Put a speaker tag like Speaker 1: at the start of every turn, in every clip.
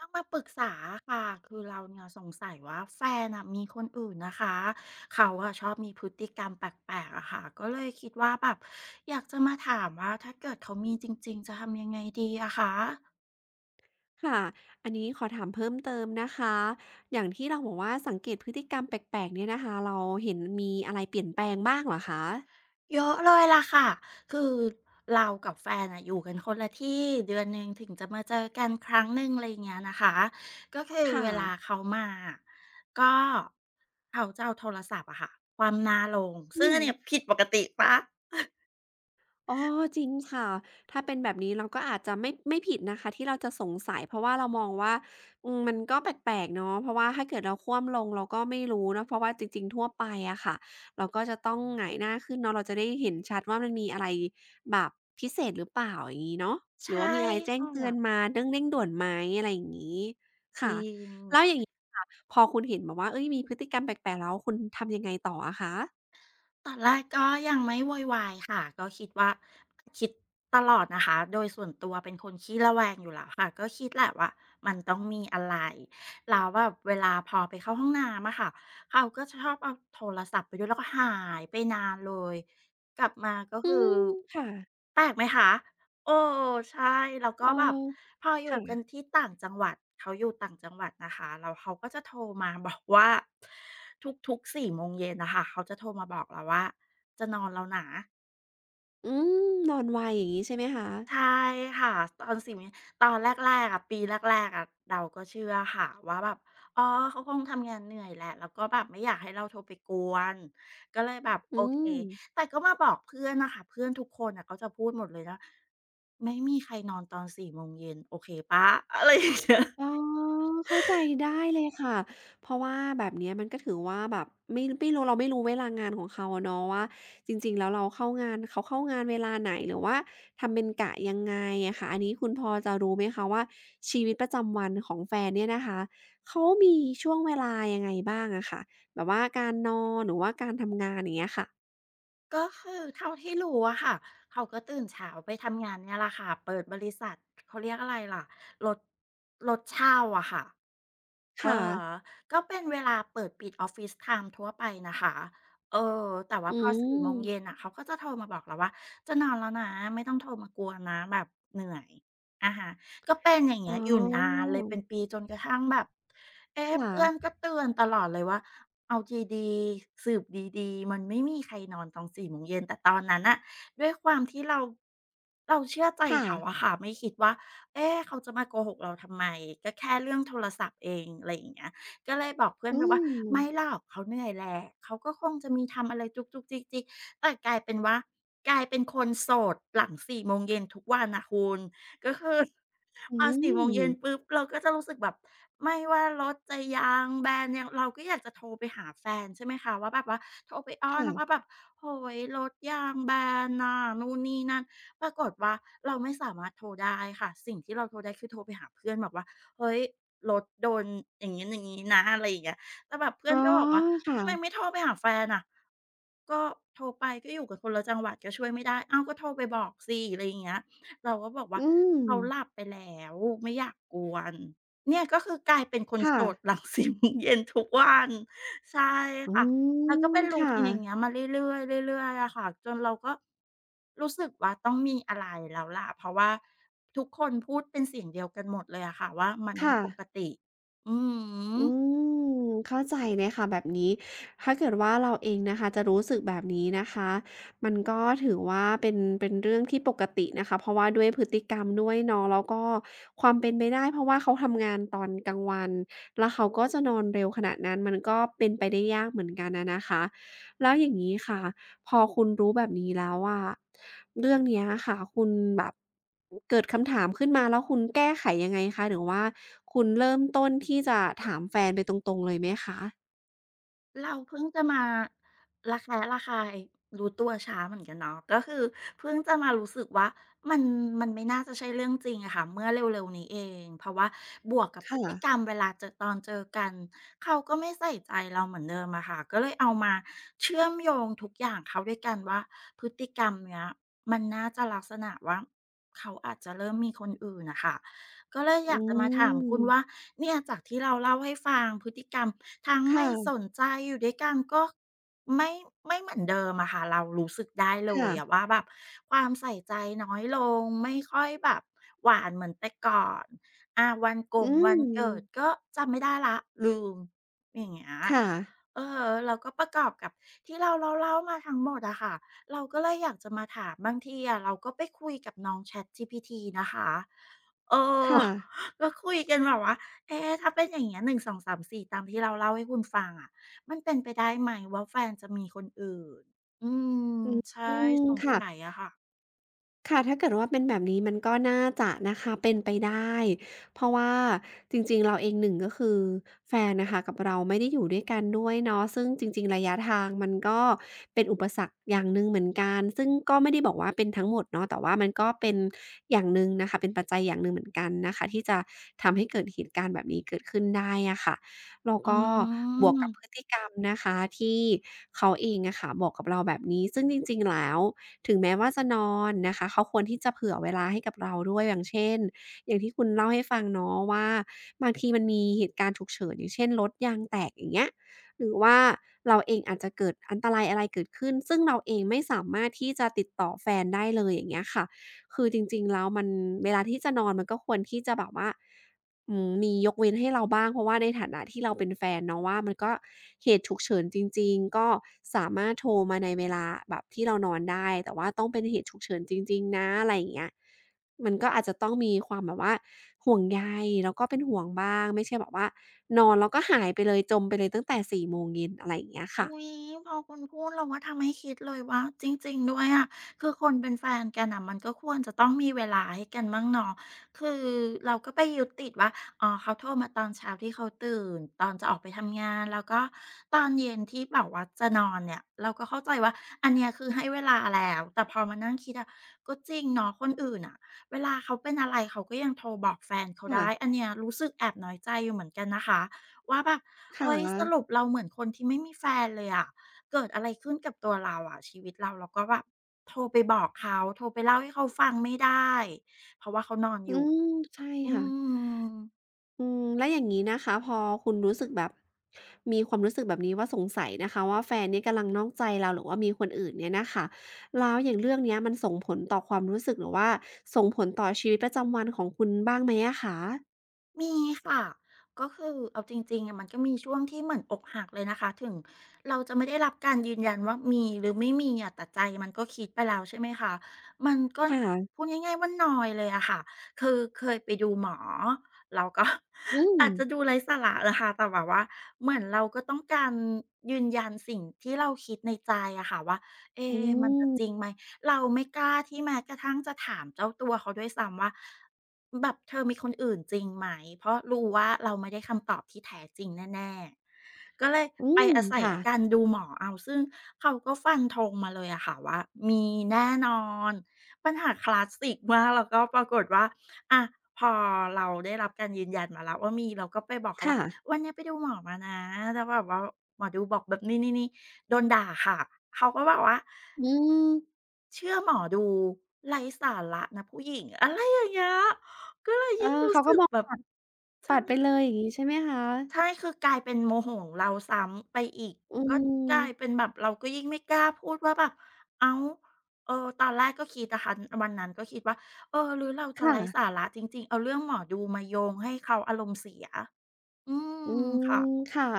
Speaker 1: ต้องมาปรึกษาค่ะคือเราเนี่ยสงสัยว่าแฟนอ่ะมีคนอื่นนะคะเขาอะชอบมีพฤติกรรมแปลกๆอะค่ะก็เลยคิดว่าแบบอยากจะมาถามว่าถ้าเกิดเขามีจริงๆจะทำยังไงดีอะคะ
Speaker 2: ค่ะ อันนี้ขอถามเพิ่มเติมนะคะ อย่างที่เราบอกว่าสังเกตพฤติกรรมแปลกๆเนี่ยนะคะ เราเห็นมีอะไรเปลี่ยนแปลงบ้างเหรอคะ
Speaker 1: เยอะเลยล่ะค่ะคือเรากับแฟนอะอยู่กันคนละที่เดือนหนึ่งถึงจะมาเจอกันครั้งหนึ่งอะไรอย่างเงี้ยนะคะก็คือ
Speaker 2: ค่ะ
Speaker 1: เวลาเขามาก็เขาจะเอาโทรศัพท์อะค่ะความหนาลง
Speaker 2: อื
Speaker 1: ซึ่งอั
Speaker 2: ม
Speaker 1: นเนี้ยผิดปกติปะ
Speaker 2: อ๋อจริงค่ะถ้าเป็นแบบนี้เราก็อาจจะไม่ผิดนะคะที่เราจะสงสัยเพราะว่าเรามองว่าอืมมันก็แปลกๆเนาะเพราะว่าถ้าเกิดเราคว่ำลงเราก็ไม่รู้เนาะเพราะว่าจริงๆทั่วไปอะค่ะเราก็จะต้องหงายหน้าขึ้นเนาะเราจะได้เห็นชัดว่ามันมีอะไรแบบพิเศษหรือเปล่าอย่างงี้เนาะหรือ
Speaker 1: ใช่
Speaker 2: ว่ามีอะไรแจ้ง
Speaker 1: ค่
Speaker 2: เตือน
Speaker 1: ะ
Speaker 2: มาเรื่องเร่งด่วนไหมอะไรอย่างงี้
Speaker 1: จ
Speaker 2: ค่ะ
Speaker 1: ริง
Speaker 2: แล้วอย่างงี้ค่ะพอคุณเห็นแบบว่าเฮ้ยมีพฤติกรรมแปลกๆแล้วคุณทำยังไงต่ออะคะ
Speaker 1: ตอนแรกก็ยังไม่โวยวายค่ะก็คิดว่าคิดตลอดนะคะโดยส่วนตัวเป็นคนขี้ระแวงอยู่แล้วค่ะก็คิดแหละว่ามันต้องมีอะไรแล้วแบบเวลาพอไปเข้าห้องน้ำอะค่ะเขาก็จะชอบเอาโทรศัพท์ไปด้วยแล้วก็หายไปนานเลยกลับมาก็
Speaker 2: อื
Speaker 1: คือ
Speaker 2: มค่ะ
Speaker 1: แปลกไหมคะ เออใช่แล้ว
Speaker 2: เอ
Speaker 1: ก็
Speaker 2: อ
Speaker 1: แบบพออยู่
Speaker 2: ค่ะ
Speaker 1: กันที่ต่างจังหวัดเขาอยู่ต่างจังหวัดนะคะแล้วเขาก็จะโทรมาบอกว่าทุกๆ4โมงเย็นน่ะค่ะเขาจะโทรมาบอกเราว่าจะนอนแล้วนะ
Speaker 2: อืมนอนไวอย่างงี้ใช่ไหมคะ
Speaker 1: ใช่ค่ะตอนสิ่งนี้ตอนแรกๆอะปีแรกๆอะเราก็เชื่อค่ะว่าแบบอ๋อเขาคงทำงานเหนื่อยแหละแล้วก็แบบไม่อยากให้เราโทรไปกวนก็เลยแบบโอ
Speaker 2: อื
Speaker 1: เค
Speaker 2: ม
Speaker 1: แต่ก็มาบอกเพื่อนน่ะค่ะเพื่อนทุกคนน่ะเขาจะพูดหมดเลยนะไม่มีใครนอนตอนสี่โมงเย็นโอเคเปล่า อะไรอย่างเงี้ย
Speaker 2: อ๋อเข้าใจได้เลยค่ะ เพราะว่าแบบเนี้ยมันก็ถือว่าแบบไม่รู้เราไม่รู้เวลางานของเขาอะเนาะว่าจริงๆแล้วเราเข้างานเขาเข้างานเวลาไหนหรือว่าทำเป็นกะยังไงอะค่ะอันนี้คุณพอจะรู้ไหมคะว่าชีวิตประจำวันของแฟนเนี่ยนะคะเขามีช่วงเวลายังไงบ้างอะค่ะแบบว่าการนอนหรือว่าการทำงานอย่างเงี้ยค่ะ
Speaker 1: ก็คือเท่าที่รู้อะค่ะเขาก็ตื่นเช้าไปทำงานเนี่ยแหละค่ะเปิดบริษัทเขาเรียกอะไรล่ะรถรถเช่าอะค่ะ อะ
Speaker 2: ค่ะ
Speaker 1: ฮะก็เป็นเวลาเปิดปิดออฟฟิศไทม์ทั่วไปนะคะเออแต่ว่า
Speaker 2: อื
Speaker 1: พอสี่โม
Speaker 2: ม
Speaker 1: งเย็นอ่ะเขาก็จะโทรมาบอกแล้วว่าจะนอนแล้วนะไม่ต้องโทรมากวนนะแบบเหนื่อยอะฮะก็เป็นอย่าง
Speaker 2: อ๋
Speaker 1: เงี้ยอยู่นาน
Speaker 2: อ
Speaker 1: เลยเป็นปีจนกระทั่งแบบเอ๊ะ
Speaker 2: ค่ะ
Speaker 1: เพื่อนก็เตือนตลอดเลยว่าเอาดีๆสืบดีๆมันไม่มีใครนอนตอนสี่โมงเย็นแต่ตอนนั้นอะด้วยความที่เราเชื่อใจ
Speaker 2: ค่ะ
Speaker 1: เขาอะค่ะไม่คิดว่า เอ๊ะเขาจะมาโกหกเราทำไมก็แค่เรื่องโทรศัพท์เองอะไรอย่างเงี้ยก็เลยบอกเพื่อน
Speaker 2: อื
Speaker 1: ไปว่า
Speaker 2: ม
Speaker 1: ไม่หรอกเขาเหนื่อยแหละเขาก็คงจะมีทำอะไรจุกๆจิกๆแต่กลายเป็นว่ากลายเป็นคนโสดหลังสี่โมงเย็นทุกวันน่ะคุณก็คือ
Speaker 2: อื
Speaker 1: พอสี่โมง
Speaker 2: ม
Speaker 1: เย็นปุ๊บเราก็จะรู้สึกแบบไม่ว่ารถจะยางแบนยังเราก็อยากจะโทรไปหาแฟนใช่ไหมคะว่าแบบว่าโทรไปอ้อนว่าแบ
Speaker 2: ค่ะ
Speaker 1: บโอ้โฮรถยางแบนน่ะนู่นนี่นั่น ปรากฏว่าเราไม่สามารถโทรได้ค่ะสิ่งที่เราโทรได้คือโทรไปหาเพื่อนบอกว่าเฮ้ยรถโดนอย่างงี้อย่างงี้นะอะไรอย่างเงี้ยแต่แบบเพื่อ
Speaker 2: อ๋
Speaker 1: น
Speaker 2: อ
Speaker 1: ก็บอกว่าทำไม
Speaker 2: ค่ะ
Speaker 1: ไม่โทรไปหาแฟนอะก็โทรไปก็อยู่กันคนละจังหวัดก็ช่วยไม่ได้อ้าวก็โทรไปบอกสิอะไรอย่างเงี้ยเราก็บอกว่า
Speaker 2: อืม
Speaker 1: เขาหลับไปแล้วไม่อยากกวนเนี่ยก็คือกลายเป็นคน
Speaker 2: ค่ะ
Speaker 1: โสด หลังสี่โมงเย็นทุกวันใช่
Speaker 2: อื
Speaker 1: ค่ะ แล้วก็
Speaker 2: ม
Speaker 1: เป็น
Speaker 2: ค่ะ
Speaker 1: routine อย่างเงี้ยมาเรื่อยๆเรื่อยๆอะค่ะจนเราก็รู้สึกว่าต้องมีอะไรแล้วล่ะเพราะว่าทุกคนพูดเป็นเสียงเดียวกันหมดเลยอะค่ะว่ามันไม่
Speaker 2: ค่ะ
Speaker 1: ปกติอือฮ
Speaker 2: อื
Speaker 1: ึ
Speaker 2: มเข้าใจเลยค่ะแบบนี้ถ้าเกิดว่าเราเองนะคะจะรู้สึกแบบนี้นะคะมันก็ถือว่าเป็นเรื่องที่ปกตินะคะเพราะว่าด้วยพฤติกรรมด้วยเนาะแล้วก็ความเป็นไปได้เพราะว่าเขาทำงานตอนกลางวันแล้วเขาก็จะนอนเร็วขนาดนั้นมันก็เป็นไปได้ยากเหมือนกันอะนะคะแล้วอย่างงี้ค่ะ พอคุณรู้แบบนี้แล้วอะเรื่องเนี้ยค่ะคุณแบบเกิดคำถามขึ้นมาแล้วคุณแก้ไขยังไงคะหรือว่าคุณเริ่มต้นที่จะถามแฟนไปตรงๆเลยไหมคะ
Speaker 1: เราเพิ่งจะมาระแคะระคายรู้ตัวช้าเหมือนกันเนาะก็คือเพิ่งจะมารู้สึกว่ามันมันไม่น่าจะใช่เรื่องจริงอะค่ะเมื่อเร็วๆนี้เองเพราะว่าบวกกับพฤ
Speaker 2: ค่ะ
Speaker 1: ติกรรมเวลาเจอตอนเจอกันเขาก็ไม่ใส่ใจเราเหมือนเดิมอะค่ะก็เลยเอามาเชื่อมโยงทุกอย่างเข้าด้วยกันว่าพฤติกรรมเนี้ยมันน่าจะลักษณะว่าเขาอาจจะเริ่มมีคนอื่นน่ะค่ะ ก็เลยอยา
Speaker 2: อื
Speaker 1: กจะมาถามคุณว่า
Speaker 2: ม
Speaker 1: เนี่ยจากที่เราเล่าให้ฟังพฤติกรรมทั้งไม่ส
Speaker 2: ค่ะ
Speaker 1: นใจอยู่ด้วยกันก็ไม่ไม่เหมือนเดิมอะค่ะเรารู้สึกได้เลย
Speaker 2: ค่ะ
Speaker 1: อะว่าแบบความใส่ใจน้อยลงไม่ค่อยแบบหวานเหมือนแต่ก่อนอาวันก
Speaker 2: อื
Speaker 1: งวันเกิด
Speaker 2: ม
Speaker 1: ก็จำไม่ได้แล้วลืมอย่างเงี้ย
Speaker 2: ค่ะ
Speaker 1: เออแล้วก็ประกอบกับที่เราเล่าๆมาทั้งหมดอะค่ะเราก็เลยอยากจะมาถามบางทีอะเราก็ไปคุยกับน้อง ChatGPT นะคะเออ
Speaker 2: ค่ะ
Speaker 1: ก็คุยกันแบบว่าเอ๊ะถ้าเป็นอย่างเงี้ย1 2 3 4ตามที่เราเล่าให้คุณฟังอะมันเป็นไปได้ไหมว่าแฟนจะมีคนอื่นอืมใช่
Speaker 2: อืม
Speaker 1: สงสัย
Speaker 2: ค่ะ
Speaker 1: อะค่ะ
Speaker 2: ค่ะถ้าเกิดว่าเป็นแบบนี้มันก็น่าจะนะคะเป็นไปได้เพราะว่าจริงๆเราเองหนึ่งก็คือแฟนนะคะกับเราไม่ได้อยู่ด้วยกันด้วยเนาะซึ่งจริงๆระยะทางมันก็เป็นอุปสรรคอย่างหนึ่งเหมือนกันซึ่งก็ไม่ได้บอกว่าเป็นทั้งหมดเนาะแต่ว่ามันก็เป็นอย่างหนึ่งนะคะเป็นปัจจัยอย่างหนึ่งเหมือนกันนะคะที่จะทำให้เกิดเหตุการณ์แบบนี้เกิดขึ้นได้อะค่ะแล้ว
Speaker 1: อื
Speaker 2: ก็บวกกับพ
Speaker 1: ม
Speaker 2: ฤติกรรมนะคะที่เขาเองอะค่ะบอกกับเราแบบนี้ซึ่งจริงๆแล้ว ถึงแม้ว่าจะนอนนะคะเขาควรที่จะเผื่อเวลาให้กับเราด้วยอย่างเช่นอย่างที่คุณเล่าให้ฟังเนาะว่าบางทีมันมีเหตุการณ์ฉุกเฉินอย่างเช่นรถยางแตกอย่างเงี้ยหรือว่าเราเองอาจจะเกิดอันตรายอะไรเกิดขึ้นซึ่งเราเองไม่สามารถที่จะติดต่อแฟนได้เลยอย่างเงี้ยค่ะคือจริงๆแล้วมันเวลาที่จะนอนมันก็ควรที่จะแบบว่า อืมมียกเว้นให้เราบ้างเพราะว่าในฐานะที่เราเป็นแฟนเนาะว่ามันก็เหตุฉุกเฉินจริงๆก็สามารถโทรมาในเวลาแบบที่เรานอนได้แต่ว่าต้องเป็นเหตุฉุกเฉินจริงๆนะอะไรอย่างเงี้ยมันก็อาจจะต้องมีความแบบว่าห่วงใยแล้วก็เป็นห่วงบ้างไม่ใช่แบบว่านอนแล้วก็หายไปเลยจมไปเลยตั้งแต่4 โมงเย็นอะไรอย่างเงี้ยค่ะ
Speaker 1: อุ๊ยพอคุณพูดเราว่าทำให้คิดเลยว่าจริงๆด้วยอะคือคนเป็นแฟนกันน่ะมันก็ควรจะต้องมีเวลาให้กันบ้างเนาะคือเราก็ไปยึดติดว่าอ๋อเขาโทรมาตอนเช้าที่เขาตื่นตอนจะออกไปทำงานแล้วก็ตอนเย็นที่แบบว่าจะนอนเนี่ยเราก็เข้าใจว่าอันเนี้ยคือให้เวลาแล้วแต่พอมานั่งคิดอะก็จริงเนาะคนอื่นน่ะเวลาเขาเป็นอะไรเขาก็ยังโทรบอกแฟนเขาได้อั
Speaker 2: ค่ะ
Speaker 1: นเนี้ยรู้สึกแอบน้อยใจอยู่เหมือนกันนะคะว่าแบบ
Speaker 2: ค่ะ
Speaker 1: เอ้ยสรุปเราเหมือนคนที่ไม่มีแฟนเลยอะเกิดอะไรขึ้นกับตัวเราอะชีวิตเราเราก็แบบโทรไปบอกเขาโทรไปเล่าให้เขาฟังไม่ได้เพราะว่าเขานอนอ
Speaker 2: อื
Speaker 1: ยู่
Speaker 2: มใช่
Speaker 1: อื
Speaker 2: ค่ะ
Speaker 1: ม
Speaker 2: อืมแล้วอย่างนี้นะคะพอคุณรู้สึกแบบมีความรู้สึกแบบนี้ว่าสงสัยนะคะว่าแฟนเนี่ยกำลังนอกใจเราหรือว่ามีคนอื่นเนี่ยนะคะแล้วอย่างเรื่องเนี้ยมันส่งผลต่อความรู้สึกหรือว่าส่งผลต่อชีวิตประจำวันของคุณบ้างไหมอะคะ
Speaker 1: มีค่ะก็คือเอาจริงๆอะมันก็มีช่วงที่เหมือนอกหักเลยนะคะถึงเราจะไม่ได้รับการยืนยันว่ามีหรือไม่มีอะแต่ใจมันก็คิดไปแล้วใช่ไหมคะมันก็
Speaker 2: ค่ะ
Speaker 1: พูดง่ายๆว่านอยเลยอะค่ะคือเคยไปดูหมอแล้วก็
Speaker 2: อืม
Speaker 1: อาจจะดูไร้สาระนะคะแต่แบบว่าเหมือนเราก็ต้องการยืนยันสิ่งที่เราคิดในใจอะค่ะว่าเอ๊
Speaker 2: อื
Speaker 1: ะมันจะ
Speaker 2: ม
Speaker 1: จริงไหมเราไม่กล้าที่แม้กระทั่งจะถามเจ้าตัวเขาด้วยซ้ำว่า แบบเธอมีคนอื่นจริงไหม เพราะรู้ว่าเราไม่ได้คำตอบที่แท้จริงแน่ๆ ก็เลย
Speaker 2: อื
Speaker 1: ไป
Speaker 2: ม
Speaker 1: อาศัย
Speaker 2: ค่ะ
Speaker 1: อาการดูหมอเอาซึ่งเขาก็ฟันธงมาเลยอะค่ะว่ามีแน่นอน ปัญหาคลาสสิกมากแล้วก็ปรากฏว่าอะพอเราได้รับการยืนยันมาแล้วว่ามีเราก็ไปบอกเขา
Speaker 2: ค่ะ
Speaker 1: ว่าวันเนี้ยไปดูหมอมานะแล้วแบบว่าหมอดูบอกแบบนี้ๆๆโดนด่าค่ะเขาก็บอกว่า
Speaker 2: อืม
Speaker 1: เชื่อหมอดูไร้สาระนะผู้หญิงอะไรอย่างเงี้ยก็เลย
Speaker 2: เออ
Speaker 1: ยิ่งรู้
Speaker 2: เขาก็
Speaker 1: สึก
Speaker 2: มอง
Speaker 1: แบบ
Speaker 2: ปัด
Speaker 1: ใช่
Speaker 2: ปัดไปเลยอย่างงี้ใช่ไหมคะ
Speaker 1: ใช่คือกลายเป็นโมโหของเราซ้ำไปอีก
Speaker 2: อื
Speaker 1: ก็กลายเป็
Speaker 2: ม
Speaker 1: นแบบเราก็ยิ่งไม่กล้าพูดว่าแบบอ้าวเออตอนแรกก็คิดนะคะวันนั้นก็คิดว่าเออหรือเราจะ
Speaker 2: ค่ะ
Speaker 1: ไร้สาระจริงๆเอาเรื่องหมอดูมาโยงให้เขาอารมณ์เสียอื
Speaker 2: อื
Speaker 1: มค่ะ
Speaker 2: มค่ะ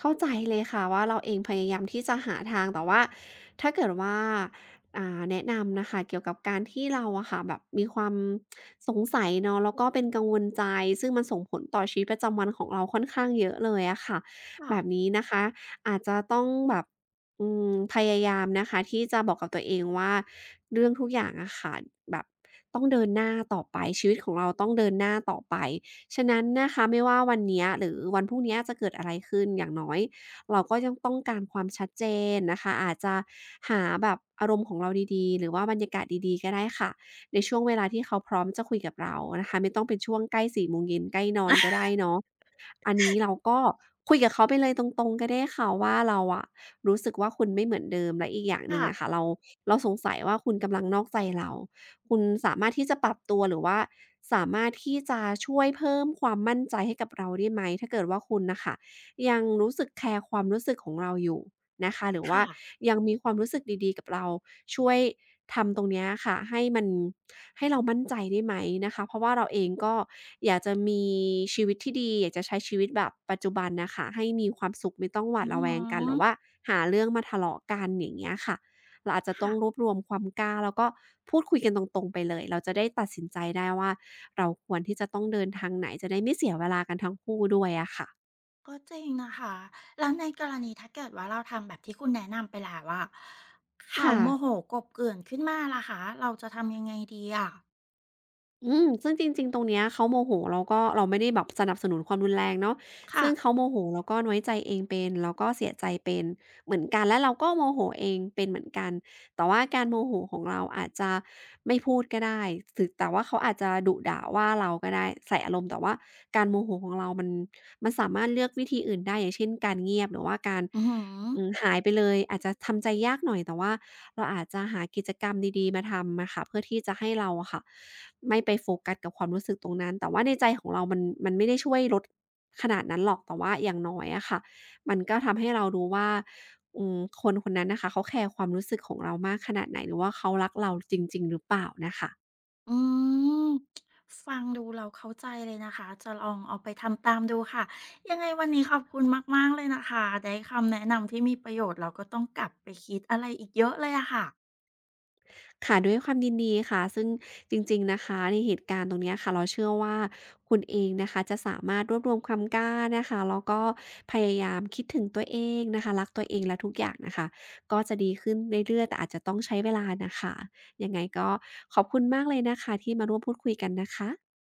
Speaker 2: เข้าใจเลยค่ะว่าเราเองพยายามที่จะหาทางแต่ว่าถ้าเกิดว่าแนะนำน่ะค่ะเกี่ยวกับการที่เราอะค่ะแบบมีความสงสัยเนาะแล้วก็เป็นกังวลใจซึ่งมันส่งผลต่อชีวิตประจำวันของเราค่อนข้างเยอะเลยอะค่ะ
Speaker 1: ค่ะ
Speaker 2: แบบนี้นะคะอาจจะต้องแบบพยายามนะคะที่จะบอกกับตัวเองว่าเรื่องทุกอย่างอะค่ะแบบต้องเดินหน้าต่อไปชีวิตของเราต้องเดินหน้าต่อไป ฉะนั้นนะคะไม่ว่าวันเนี้ยหรือวันพรุ่งเนี้ยจะเกิดอะไรขึ้นอย่างน้อยเราก็ยังต้องการความชัดเจนนะคะอาจจะหาแบบอารมณ์ของเราดีๆหรือว่าบรรยากาศดีๆก็ได้ค่ะในช่วงเวลาที่เขาพร้อมจะคุยกับเรานะคะไม่ต้องเป็นช่วงใกล้4โมงเย็นใกล้นอนก็ได้เนาะอันนี้เราก็คุยกับเขาไปเลยตรงๆก็ได้ค่ะว่าเราอะรู้สึกว่าคุณไม่เหมือนเดิมและอีกอย่างหนึ่ง
Speaker 1: ค่ะ
Speaker 2: อะค่ะเราสงสัยว่าคุณกำลังนอกใจเรา คุณสามารถที่จะปรับตัวหรือว่าสามารถที่จะช่วยเพิ่มความมั่นใจให้กับเราได้ไหมถ้าเกิดว่าคุณน่ะค่ะยังรู้สึกแคร์ความรู้สึกของเราอยู่นะคะหรือว่า
Speaker 1: ค่ะ
Speaker 2: ยังมีความรู้สึกดีๆกับเราช่วยทำตรงเนี้ยค่ะให้มันให้เรามั่นใจได้ไหมนะคะเพราะว่าเราเองก็อยากจะมีชีวิตที่ดีอยากจะใช้ชีวิตแบบปัจจุบันน่ะค่ะให้มีความสุขไม่ต้องหวา
Speaker 1: อื
Speaker 2: ด
Speaker 1: อฮ
Speaker 2: ระแวงกันห
Speaker 1: ึ
Speaker 2: รือว่าหาเรื่องมาทะเลาะกันอย่างเงี้ยค่ะ เราอาจจะต้องร
Speaker 1: ค่ะ
Speaker 2: วบรวมความกล้าแล้วก็พูดคุยกันตรงๆไปเลย เราจะได้ตัดสินใจได้ว่าเราควรที่จะต้องเดินทางไหนจะได้ไม่เสียเวลากันทั้งคู่ด้วยอะค่ะ
Speaker 1: ก็จริงนะคะ แล้วในกรณีถ้าเกิดว่าเราทำแบบที่คุณแนะนำไปแล้วอะเขา
Speaker 2: ค่ะ
Speaker 1: โมโหกลบเกลื่อนขึ้นมาล่ะคะเราจะทำยังไงดีอะ
Speaker 2: ซึ่งจริงๆ ตรงเนี้ยเขาโมโหเราก็เราไม่ได้แบบสนับสนุนความรุนแรงเนาะ
Speaker 1: ค่ะ
Speaker 2: ซึ่งเขาโมโหแล้วก็น้อยใจเองเป็นแล้วก็เสียใจเป็นเหมือนกันและเราก็โมโหเองเป็นเหมือนกันแต่ว่าการโมโหของเราอาจจะไม่พูดก็ได้แต่ว่าเขาอาจจะดุด่าว่าเราก็ได้ใส่อารมณ์แต่ว่าการโมโหของเรามันสามารถเลือกวิธีอื่นได้อย่างเช่นการเงียบหรือว่าการ
Speaker 1: อือฮอ
Speaker 2: หายไปเลยอาจจะทำใจยากหน่อยแต่ว่าเราอาจจะหากิจกรรมดีๆมาทำอะค่ะเพื่อที่จะให้เราอะค่ะไม่ไปโฟกัสกับความรู้สึกตรงนั้นแต่ว่าในใจของเรามันไม่ได้ช่วยลดขนาดนั้นหรอกแต่ว่าอย่างน้อยอะค่ะมันก็ทำให้เรารู้ว่าคนคนนั้นน่ะค่ะเขาแคร์ความรู้สึกของเรามากขนาดไหนหรือว่าเขารักเราจริงๆหรือเปล่าน่ะค่ะ
Speaker 1: อืมฟังดูเราเข้าใจเลยนะคะจะลองเอาไปทำตามดูค่ะยังไงวันนี้ขอบคุณมากๆเลยนะคะได้คำแนะนำที่มีประโยชน์เราก็ต้องกลับไปคิดอะไรอีกเยอะเลยอะค่ะ
Speaker 2: ค่ะด้วยความยินดีค่ะซึ่งจริงๆนะคะในเหตุการณ์ตรงเนี้ยค่ะเราเชื่อว่าคุณเองนะคะจะสามารถรวบรวมความกล้านะคะแล้วก็พยายามคิดถึงตัวเองนะคะรักตัวเองและทุกอย่างนะคะก็จะดีขึ้นเรื่อยๆแต่อาจจะต้องใช้เวลาน่ะค่ะยังไงก็ขอบคุณมากเลยนะคะที่มาร่วมพูดคุยกันนะคะ